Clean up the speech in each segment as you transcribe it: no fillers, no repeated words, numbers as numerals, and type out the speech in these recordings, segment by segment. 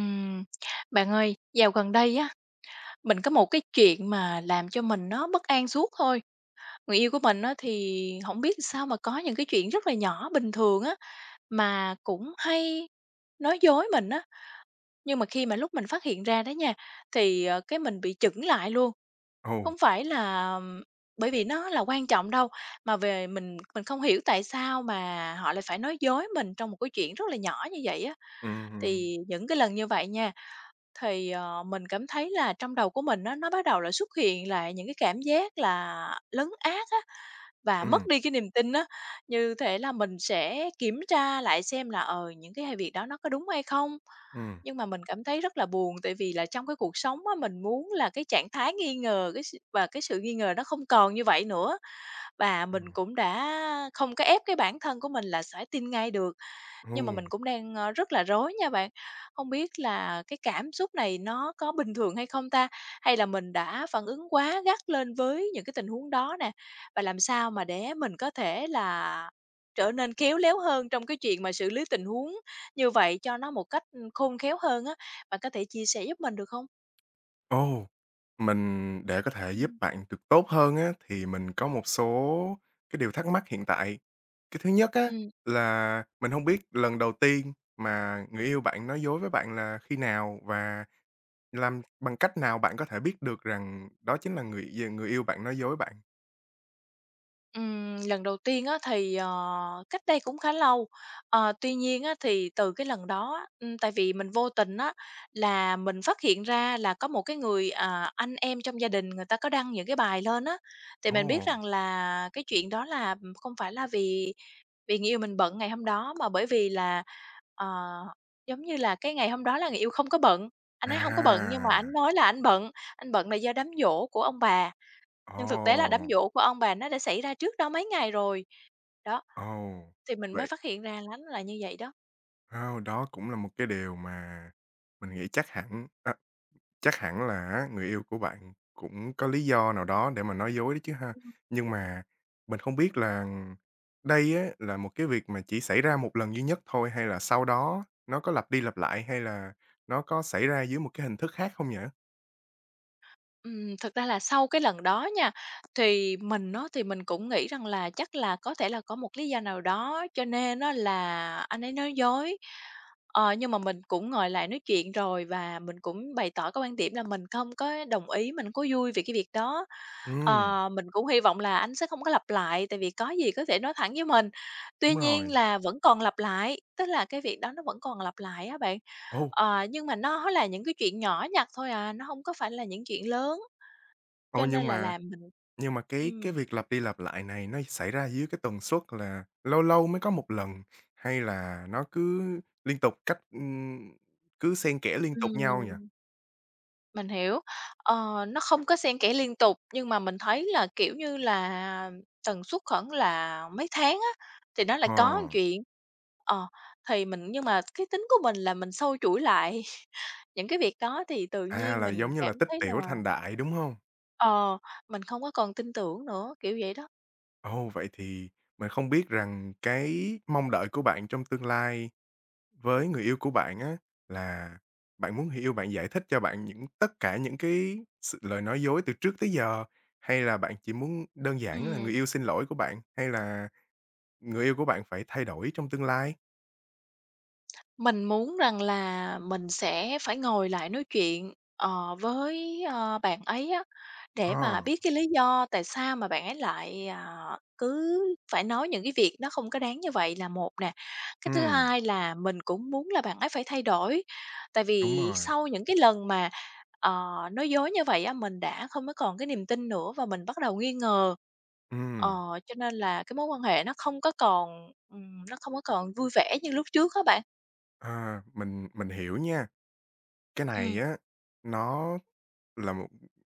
Ừm, bạn ơi, dạo gần đây á, mình có một cái chuyện mà làm cho mình nó bất an suốt thôi. Người yêu của mình á, thì không biết sao mà có những cái chuyện rất là nhỏ bình thường á, mà cũng hay nói dối mình á. Nhưng mà khi mà lúc mình phát hiện ra đó nha, thì, cái mình bị chững lại luôn. Ồ, Không phải là bởi vì nó là quan trọng đâu, mà về mình không hiểu tại sao mà họ lại phải nói dối mình trong một cái chuyện rất là nhỏ như vậy á. ừm, Thì những cái lần như vậy nha, thì, mình cảm thấy là trong đầu của mình nó bắt đầu là xuất hiện lại những cái cảm giác là lấn át á, và mất ừm, đi cái niềm tin á. Như thể là mình sẽ kiểm tra lại xem là, những cái hay việc đó nó có đúng hay không. ừm, Nhưng mà mình cảm thấy rất là buồn, tại vì là trong cái cuộc sống á, mình muốn là cái trạng thái nghi ngờ, cái s và cái sự nghi ngờ nó không còn như vậy nữa. Và mình ừm, cũng đã không có ép cái bản thân của mình là sẽ tin ngay được. ồ, Nhưng mà mình cũng đang, rất là rối nha bạn. Không biết là cái cảm xúc này nó có bình thường hay không ta? Hay là mình đã phản ứng quá gắt lên với những cái tình huống đó nè? Và làm sao mà để mình có thể là trở nên khéo léo hơn trong cái chuyện mà xử lý tình huống như vậy cho nó một cách, khôn khéo hơn á? Bạn có thể chia sẻ giúp mình được không? ồ. Mình để có thể giúp Ừm. bạn được tốt hơn á, thì mình có một số cái điều thắc mắc hiện tại. Cái thứ nhất á, Ừm. là mình hông biết lần đầu tiên mà người yêu bạn nói dối với bạn là khi nào? Và làm bằng cách nào bạn có thể biết được rằng đó chính là người yêu bạn nói dối bạn? Lần đầu tiên á thì, cách đây cũng khá lâu, ờ, tuy nhiên á thì từ cái lần đó á, tại vì mình vô tình á là mình phát hiện ra là có một cái người, à, anh em trong gia đình người ta có đăng những cái bài lên á, thì mình biết Ồ, rằng là cái chuyện đó là, không phải là vì vì người yêu mình bận ngày hôm đó mà bởi vì là, ờ, giống như là, cái ngày hôm đó là người yêu không có bận, anh ấy không có bận nhưng mà anh à, nói là anh bận là do đám giỗ của ông bà. Nhưng thực tế là đám ồ, giỗ của ông bà nó đã xảy ra trước đó mấy ngày rồi, đó, ồ, thì mình mới vậy phát hiện ra là nó là như vậy đó. wow, đó cũng là một cái điều mà mình nghĩ chắc hẳn là á, người yêu của bạn cũng có lý do nào đó để mà nói dối đấy chứ ha. Nhưng mà mình không biết là đây á, là một cái việc mà chỉ xảy ra một lần duy nhất thôi, hay là sau đó nó có lặp đi lặp lại, hay là nó có xảy ra dưới một cái hình thức khác không nhỉ? Thực ra là sau cái lần đó nha, thì mình á, thì mình cũng nghĩ rằng là chắc là có thể là có một lý do nào đó cho nên á là anh ấy nói dối. Ờ, nhưng mà mình cũng ngồi lại nói chuyện rồi và mình cũng bày tỏ cái quan điểm là mình không có đồng ý, mình không có vui về cái việc đó. Ừm, Ờ, mình cũng hy vọng là anh sẽ không có lặp lại, tại vì có gì có thể nói thẳng với mình. Tuy đúng nhiên rồi. là vẫn còn lặp lại, tức là cái việc đó nó vẫn còn lặp lại á bạn. Ồ, Ờ, nhưng mà nó là những cái chuyện nhỏ nhặt thôi à, nó không có phải là những chuyện lớn. ồ, Cho nên nhưng là mà làm Nhưng mà cái ừm, việc lặp đi lặp lại này nó xảy ra dưới cái tần suất là lâu lâu mới có một lần, hay là nó cứ liên tục cách cứ xen kẽ liên tục nhau nhỉ? ừm, mình hiểu. Ờ, nó không có xen kẽ liên tục, nhưng mà mình thấy là, kiểu như là, tần suất khoảng là mấy tháng á, thì nó lại Ờ, có một chuyện. Ờ, thì mình nhưng mà cái tính của mình là mình xâu chuỗi lại những cái việc đó, thì tự à, nhiên là mình giống như cảm là tích thấy là, tiểu thành đại, đúng hông? ờ, mình không có còn tin tưởng nữa, kiểu vậy đó. Ồ, vậy thì mình không biết rằng cái mong đợi của bạn trong tương lai với người yêu của bạn á, là bạn muốn người yêu bạn giải thích cho bạn những tất cả những cái sự lời nói dối từ trước tới giờ, hay là bạn chỉ muốn đơn giản là người Ừm. yêu xin lỗi của bạn? Hay là người yêu của bạn phải thay đổi trong tương lai. Mình muốn rằng là mình sẽ phải ngồi lại nói chuyện, ờ, với, bạn ấy á, để Ờ, mà biết cái lý do tại sao mà bạn ấy lại, à, cứ phải nói những cái việc nó không có đáng như vậy là một nè. Cái thứ ừm, hai là mình cũng muốn là bạn ấy phải thay đổi, tại đúng vì rồi, sau những cái lần mà, ờ, nói dối như vậy á, mình đã không có còn cái niềm tin nữa và mình bắt đầu nghi ngờ. Ờ, ừm, cho nên là cái mối quan hệ nó không có còn, nó không có còn vui vẻ như lúc trước các bạn. à, mình hiểu nha. Cái Ừm. này á, nó là một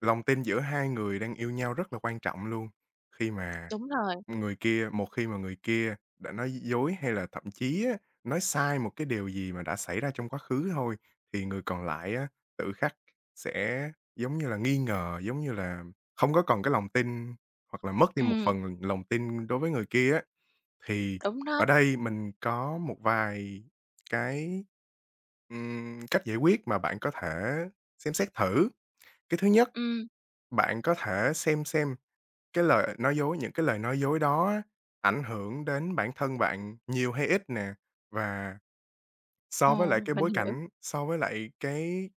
lòng tin giữa hai người đang yêu nhau rất là quan trọng luôn. Khi mà Đúng rồi, người kia Một khi mà người kia đã nói dối hay là thậm chí á, nói sai một cái điều gì mà đã xảy ra trong quá khứ thôi, thì người còn lại á, tự khắc sẽ, giống như là, nghi ngờ, giống như là, không có còn cái lòng tin hoặc là mất đi một ừm, phần lòng tin đối với người kia á. Thì đúng đó, ở đây mình có một vài cái, cách giải quyết mà bạn có thể xem xét thử. Cái thứ nhất, ừm, bạn có thể xem cái lời nói dối những cái lời nói dối đó á, ảnh hưởng đến bản thân bạn nhiều hay ít nè, và ờ, so với lại cái mình bối hiểu, cảnh, so với lại cái,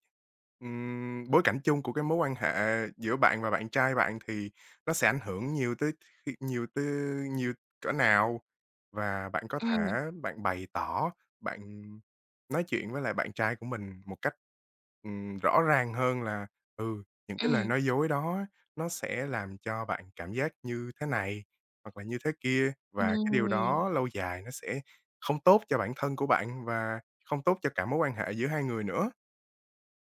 bối cảnh chung của cái mối quan hệ giữa bạn và bạn trai bạn thì nó sẽ ảnh hưởng nhiều tới khi nhiều tới nhiều cỡ nào. Và bạn có ừm, thể Bạn bày tỏ, bạn nói chuyện với lại bạn trai của mình một cách, rõ ràng hơn, là, ừ, những cái lời ừm, nói dối đó nó sẽ làm cho bạn cảm giác như thế này hoặc là như thế kia, và cái điều ừm, đó lâu dài nó sẽ không tốt cho bản thân của bạn và không tốt cho cả mối quan hệ giữa hai người nữa.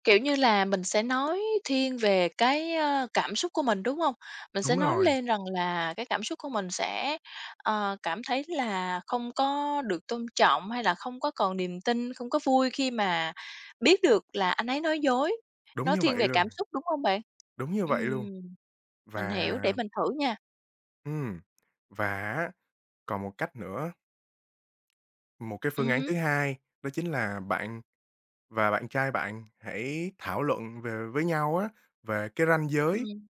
kiểu như là, mình sẽ nói thiên về cái, cảm xúc của mình, đúng hông? Mình sẽ Đúng nói rồi, lên rằng là cái cảm xúc của mình sẽ, cảm thấy là không có được tôn trọng, hay là không có còn niềm tin, không có vui khi mà biết được là anh ấy nói dối, đúng nói như thiên vậy về rồi, cảm xúc, đúng hông bạn? đúng như vậy Ừm, luôn. mình Và hiểu, để mình thử nha, ừm, và còn một cách nữa, một cái phương án hứm, thứ hai, đó chính là bạn trai bạn hãy thảo luận về với nhau á, về cái ranh giới, ừm,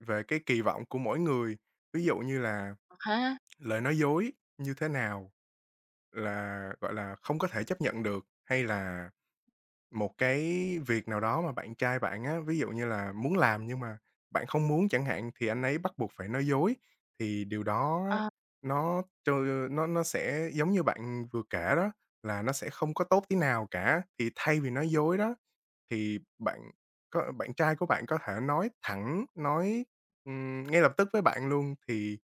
về cái kỳ vọng của mỗi người. Ví dụ như là à há, lời nói dối như thế nào là, gọi là, không có thể chấp nhận được, hay là một cái việc nào đó mà bạn trai bạn á, ví dụ như là muốn làm nhưng mà bạn không muốn chẳng hạn, thì anh ấy bắt buộc phải nói dối. Thì điều đó á, ờ, nó trơ nó sẽ giống như bạn vừa kể đó, là nó sẽ không có tốt tí nào cả, thì thay vì nói dối đó thì bạn trai của bạn có thể nói thẳng, nói, ngay lập tức với bạn luôn, thì,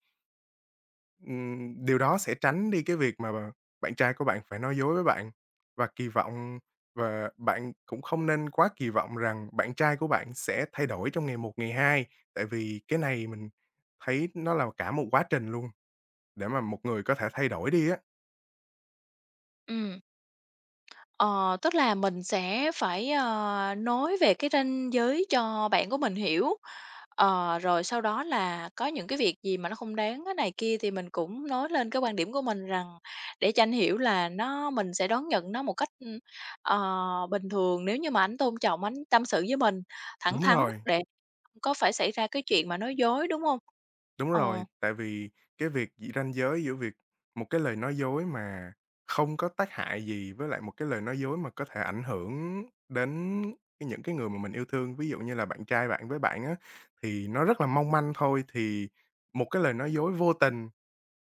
điều đó sẽ tránh đi cái việc mà bạn trai của bạn phải nói dối với bạn. Và kỳ vọng và bạn cũng không nên quá kỳ vọng rằng bạn trai của bạn sẽ thay đổi trong ngày một, ngày hai, tại vì cái này mình thấy nó là cả một quá trình luôn, để mà một người có thể thay đổi đi á. ừm. Ờ, tức là mình sẽ phải, nói về cái ranh giới cho bạn của mình hiểu, ờ, rồi sau đó là có những cái việc gì mà nó không đáng cái này kia thì mình cũng nói lên cái quan điểm của mình rằng để cho anh hiểu là nó mình sẽ đón nhận nó một cách, ờ, bình thường nếu như mà anh tôn trọng, anh tâm sự với mình thẳng Đúng thắn rồi. để không có phải xảy ra cái chuyện mà nói dối, đúng không? Đúng Ờ. rồi, tại vì cái việc ranh giới giữa việc một cái lời nói dối mà không có tác hại gì với lại một cái lời nói dối mà có thể ảnh hưởng đến những cái người mà mình yêu thương, ví dụ như là bạn trai bạn với bạn á, thì nó rất là mong manh thôi. Thì một cái lời nói dối vô tình,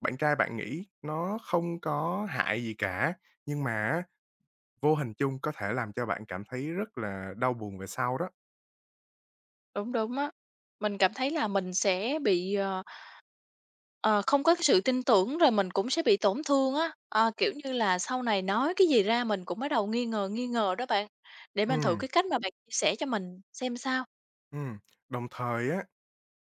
bạn trai bạn nghĩ nó không có hại gì cả, nhưng mà á, vô hình chung có thể làm cho bạn cảm thấy rất là đau buồn về sau đó. Đúng, đúng á. Mình cảm thấy là mình sẽ bị, ờ, ờ, không có cái sự tin tưởng rồi mình cũng sẽ bị tổn thương á. Ờ, kiểu như là, sau này nói cái gì ra mình cũng bắt đầu nghi ngờ đó bạn. Để Ừ, mình thử cái cách mà bạn chia sẻ cho mình xem sao. ừm, đồng thời á,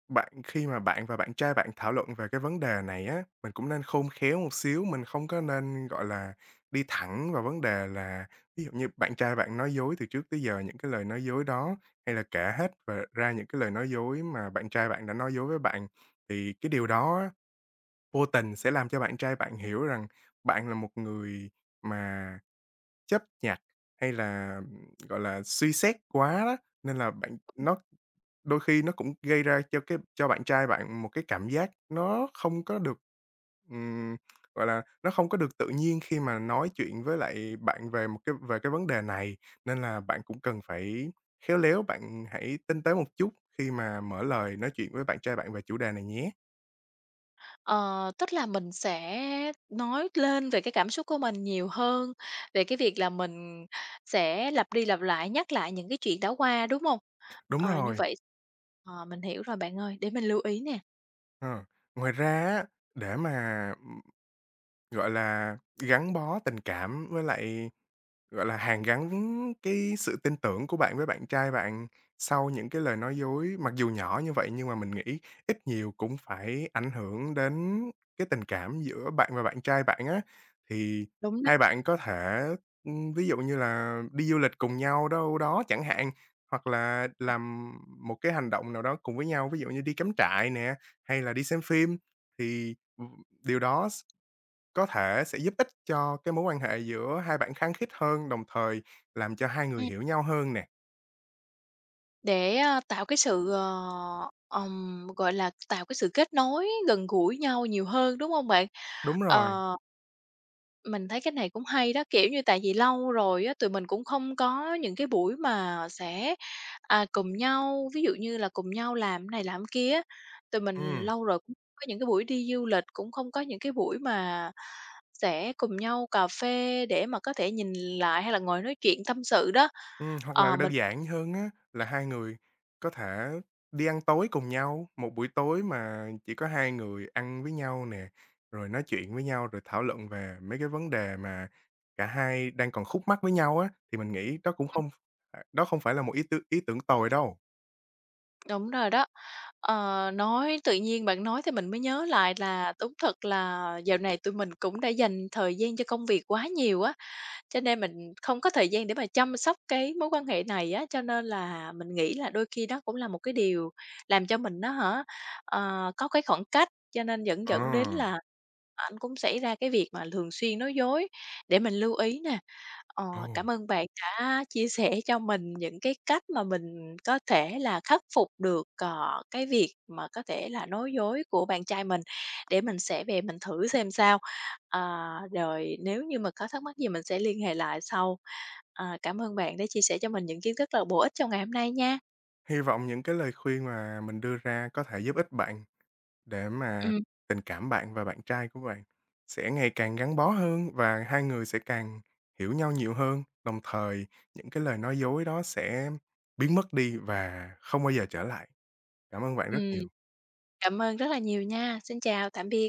Khi mà bạn và bạn trai bạn thảo luận về cái vấn đề này á, mình cũng nên khôn khéo một xíu, mình không có nên, gọi là, đi thẳng vào vấn đề, là ví dụ như bạn trai bạn nói dối từ trước tới giờ, những cái lời nói dối đó, hay là kể hết và ra những cái lời nói dối mà bạn trai bạn đã nói dối với bạn. Thì cái điều đó á, vô tình sẽ làm cho bạn trai bạn hiểu rằng bạn là một người mà chấp nhặt hay là, gọi là, suy xét quá đó, nên là bạn nó đôi khi nó cũng gây ra cho bạn trai bạn một cái cảm giác nó không có được, ừm, gọi là, nó không có được tự nhiên khi mà nói chuyện với lại bạn về cái vấn đề này, nên là bạn cũng cần phải khéo léo, bạn hãy tinh tế một chút khi mà mở lời nói chuyện với bạn trai bạn về chủ đề này nhé. Ờ, tức là mình sẽ nói lên về cái cảm xúc của mình nhiều hơn, về cái việc là mình sẽ lặp đi lặp lại, nhắc lại những cái chuyện đã qua, đúng không? Đúng Ờ, như rồi, vậy ờ, mình hiểu rồi bạn ơi, để mình lưu ý nè. ờ, ngoài ra á, để mà, gọi là, gắn bó tình cảm với lại gọi là, hàn gắn cái sự tin tưởng của bạn với bạn trai bạn sau những cái lời nói dối, mặc dù nhỏ như vậy nhưng mà mình nghĩ ít nhiều cũng phải ảnh hưởng đến cái tình cảm giữa bạn và bạn trai bạn á. Thì Đúng đó. hai bạn có thể, ví dụ như là đi du lịch cùng nhau đâu đó chẳng hạn, hoặc là làm một cái hành động nào đó cùng với nhau, ví dụ như đi cắm trại nè, hay là đi xem phim, thì, điều đó có thể sẽ giúp ích cho cái mối quan hệ giữa hai bạn khăng khít hơn, đồng thời làm cho hai người Ừm. hiểu nhau hơn nè. Để, tạo cái sự, ờ, gọi là, tạo cái sự kết nối gần gũi nhau nhiều hơn, đúng không bạn? Đúng rồi, Ờ, mình thấy cái này cũng hay đó, kiểu như, tại vì lâu rồi á, tụi mình cũng không có những cái buổi mà sẽ, à, cùng nhau, ví dụ như là cùng nhau làm này làm kia á. Tụi mình ừm, lâu rồi cũng không có những cái buổi đi du lịch, cũng không có những cái buổi mà sẽ cùng nhau cà phê để mà có thể nhìn lại hay là ngồi nói chuyện tâm sự đó. Hoặc Ờ, là mình đơn giản hơn á, là hai người có thể đi ăn tối cùng nhau, một buổi tối mà chỉ có hai người ăn với nhau nè, rồi nói chuyện với nhau, rồi thảo luận về mấy cái vấn đề mà cả hai đang còn khúc mắc với nhau á, thì mình nghĩ đó cũng không đó không phải là một ý tưởng tồi đâu. Đúng rồi đó. Ờ, nói tự nhiên bạn nói thì mình mới nhớ lại là đúng thật là dạo này tụi mình cũng đã dành thời gian cho công việc quá nhiều á, cho nên mình không có thời gian để mà chăm sóc cái mối quan hệ này á, cho nên là mình nghĩ là đôi khi đó cũng là một cái điều làm cho mình nó hả, có cái khoảng cách, cho nên dẫn Ờ, dẫn đến là anh cũng xảy ra cái việc mà thường xuyên nói dối, để mình lưu ý nè. Ờ, ồ, cảm ơn bạn đã chia sẻ cho mình những cái cách mà mình có thể là khắc phục được, cái việc mà có thể là nói dối của bạn trai mình, để mình sẽ về mình thử xem sao. À, rồi nếu như mà có thắc mắc gì mình sẽ liên hệ lại sau. À, cảm ơn bạn đã chia sẻ cho mình những kiến thức rất là bổ ích trong ngày hôm nay nha. hy vọng những cái lời khuyên mà mình đưa ra có thể giúp ích bạn. Để mà Ừm, tình cảm bạn và bạn trai của bạn sẽ ngày càng gắn bó hơn và hai người sẽ càng hiểu nhau nhiều hơn, đồng thời những cái lời nói dối đó sẽ biến mất đi và không bao giờ trở lại. Cảm ơn bạn rất ừm. nhiều. Cảm ơn rất là nhiều nha. Xin chào, tạm biệt.